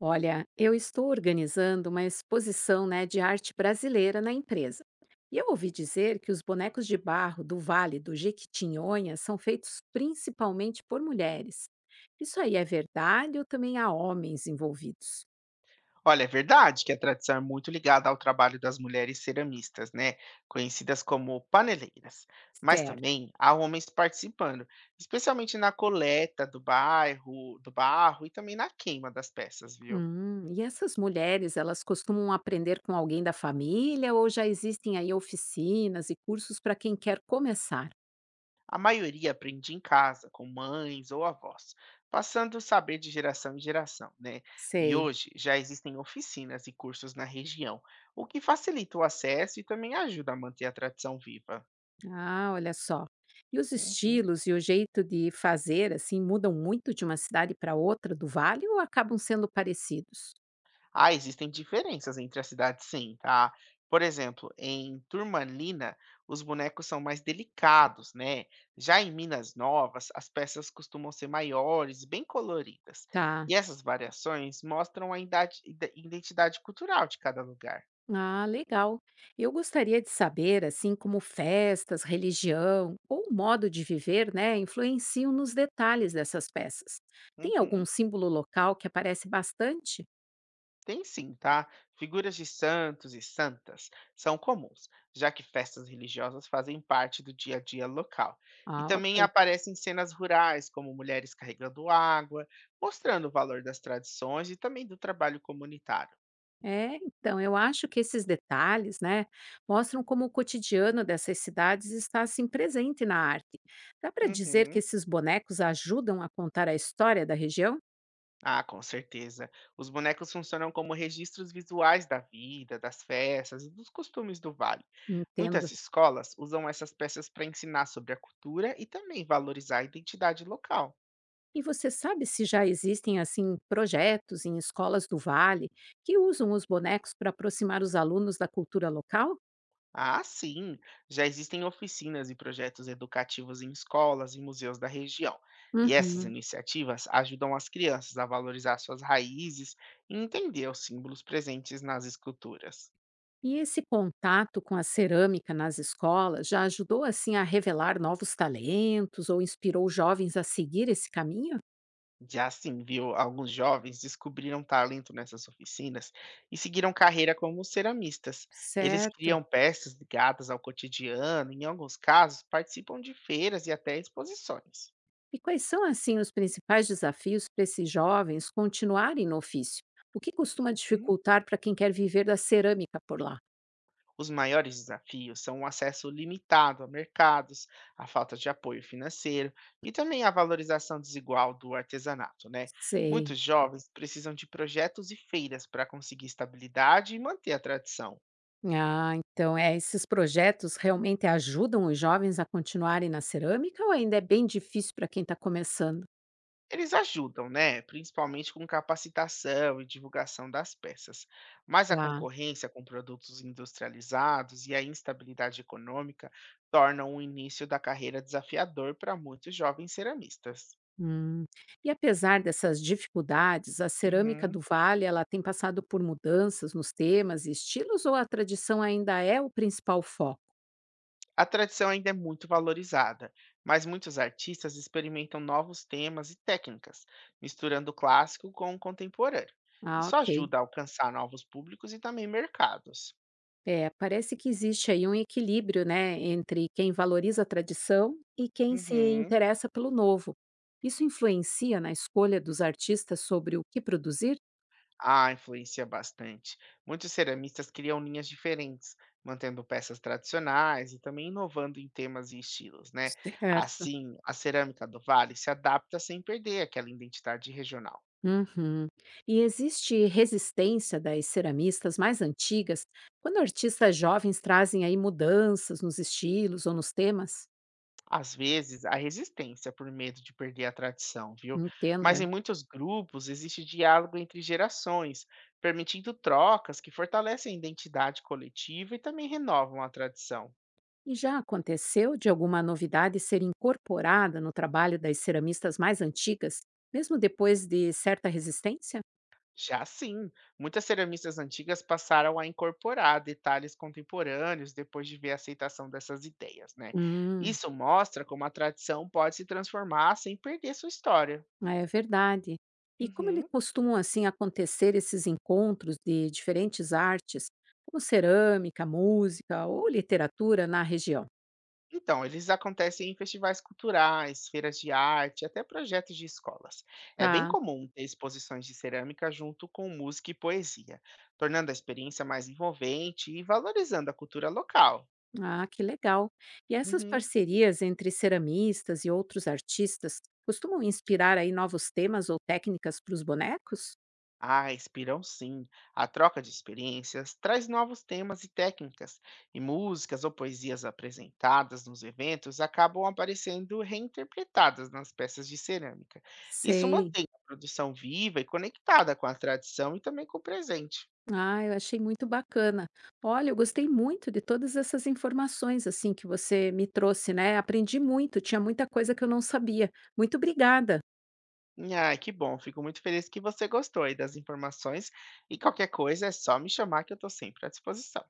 Olha, eu estou organizando uma exposição, né, de arte brasileira na empresa. E eu ouvi dizer que os bonecos de barro do Vale do Jequitinhonha são feitos principalmente por mulheres. Isso aí é verdade ou também há homens envolvidos? Olha, é verdade que a tradição é muito ligada ao trabalho das mulheres ceramistas, né? Conhecidas como paneleiras. Mas Certo. também há homens participando, especialmente na coleta do barro e também na queima das peças, viu? E essas mulheres, elas costumam aprender com alguém da família ou já existem aí oficinas e cursos para quem quer começar? A maioria aprende em casa, com mães ou avós, passando o saber de geração em geração, né? E Sei. hoje já existem oficinas e cursos na região, o que facilita o acesso e também ajuda a manter a tradição viva. Ah, olha só. E os Uhum. estilos e o jeito de fazer, assim, mudam muito de uma cidade para outra do Vale ou acabam sendo parecidos? Ah, existem diferenças entre as cidades sim, tá? Por exemplo, em Turmalina, os bonecos são mais delicados, né? Já em Minas Novas, as peças costumam ser maiores, bem coloridas. Tá. E essas variações mostram a identidade cultural de cada lugar. Ah, legal. Eu gostaria de saber, assim, como festas, religião ou modo de viver, né, influenciam nos detalhes dessas peças. Tem algum Uhum. símbolo local que aparece bastante? Tem sim, tá? Figuras de santos e santas são comuns, já que festas religiosas fazem parte do dia a dia local. E Ah, também ok. aparecem cenas rurais, como mulheres carregando água, mostrando o valor das tradições e também do trabalho comunitário. É, então, eu acho que esses detalhes, né, mostram como o cotidiano dessas cidades está assim presente na arte. Dá para dizer que Uhum. esses bonecos ajudam a contar a história da região? Ah, com certeza. Os bonecos funcionam como registros visuais da vida, das festas e dos costumes do vale. Entendo. Muitas escolas usam essas peças para ensinar sobre a cultura e também valorizar a identidade local. E você sabe se já existem assim projetos em escolas do Vale que usam os bonecos para aproximar os alunos da cultura local? Ah, sim! Já existem oficinas e projetos educativos em escolas e museus da região. E essas Uhum. iniciativas ajudam as crianças a valorizar suas raízes e entender os símbolos presentes nas esculturas. E esse contato com a cerâmica nas escolas já ajudou assim a revelar novos talentos ou inspirou jovens a seguir esse caminho? Já sim, viu, alguns jovens descobriram talento nessas oficinas e seguiram carreira como ceramistas. Eles Certo. criam peças ligadas ao cotidiano, e, em alguns casos, participam de feiras e até exposições. E quais são, assim, os principais desafios para esses jovens continuarem no ofício? O que costuma dificultar para quem quer viver da cerâmica por lá? Os maiores desafios são o acesso limitado a mercados, a falta de apoio financeiro e também a valorização desigual do artesanato, né? Sei. Muitos jovens precisam de projetos e feiras para conseguir estabilidade e manter a tradição. Ah, então é, esses projetos realmente ajudam os jovens a continuarem na cerâmica ou ainda é bem difícil para quem está começando? Eles ajudam, né? Principalmente com capacitação e divulgação das peças. Mas a Tá. concorrência com produtos industrializados e a instabilidade econômica tornam o início da carreira desafiador para muitos jovens ceramistas. Hum. E apesar dessas dificuldades, a cerâmica do Uhum. Vale, ela tem passado por mudanças nos temas e estilos ou a tradição ainda é o principal foco? A tradição ainda é muito valorizada, mas muitos artistas experimentam novos temas e técnicas, misturando o clássico com o contemporâneo. Ah, Isso ok. ajuda a alcançar novos públicos e também mercados. É, parece que existe aí um equilíbrio, né, entre quem valoriza a tradição e quem se Uhum. interessa pelo novo. Isso influencia na escolha dos artistas sobre o que produzir? Ah, influencia bastante. Muitos ceramistas criam linhas diferentes, mantendo peças tradicionais e também inovando em temas e estilos, né? Certo. Assim, a cerâmica do Vale se adapta sem perder aquela identidade regional. Uhum. E existe resistência das ceramistas mais antigas quando artistas jovens trazem aí mudanças nos estilos ou nos temas? Às vezes, há resistência por medo de perder a tradição, viu? Entenda. Mas em muitos grupos existe diálogo entre gerações, permitindo trocas que fortalecem a identidade coletiva e também renovam a tradição. E já aconteceu de alguma novidade ser incorporada no trabalho das ceramistas mais antigas, mesmo depois de certa resistência? Já sim, muitas ceramistas antigas passaram a incorporar detalhes contemporâneos depois de ver a aceitação dessas ideias, né? Hum, Isso mostra como a tradição pode se transformar sem perder sua história. é verdade. E como ele Uhum. costumam assim acontecer esses encontros de diferentes artes, como cerâmica, música ou literatura na região? Então, eles acontecem em festivais culturais, feiras de arte, até projetos de escolas. É bem Tá. comum ter exposições de cerâmica junto com música e poesia, tornando a experiência mais envolvente e valorizando a cultura local. Ah, que legal. E essas Uhum. parcerias entre ceramistas e outros artistas costumam inspirar aí novos temas ou técnicas para os bonecos? Ah, inspiram sim. A troca de experiências traz novos temas e técnicas, e músicas ou poesias apresentadas nos eventos acabam aparecendo reinterpretadas nas peças de cerâmica. Isso Sei. mantém a produção viva e conectada com a tradição e também com o presente. Ah, eu achei muito bacana. Olha, eu gostei muito de todas essas informações assim que você me trouxe, né? Aprendi muito, tinha muita coisa que eu não sabia. Muito obrigada. Ah, que bom, fico muito feliz que você gostou aí das informações. E qualquer coisa é só me chamar que eu estou sempre à disposição.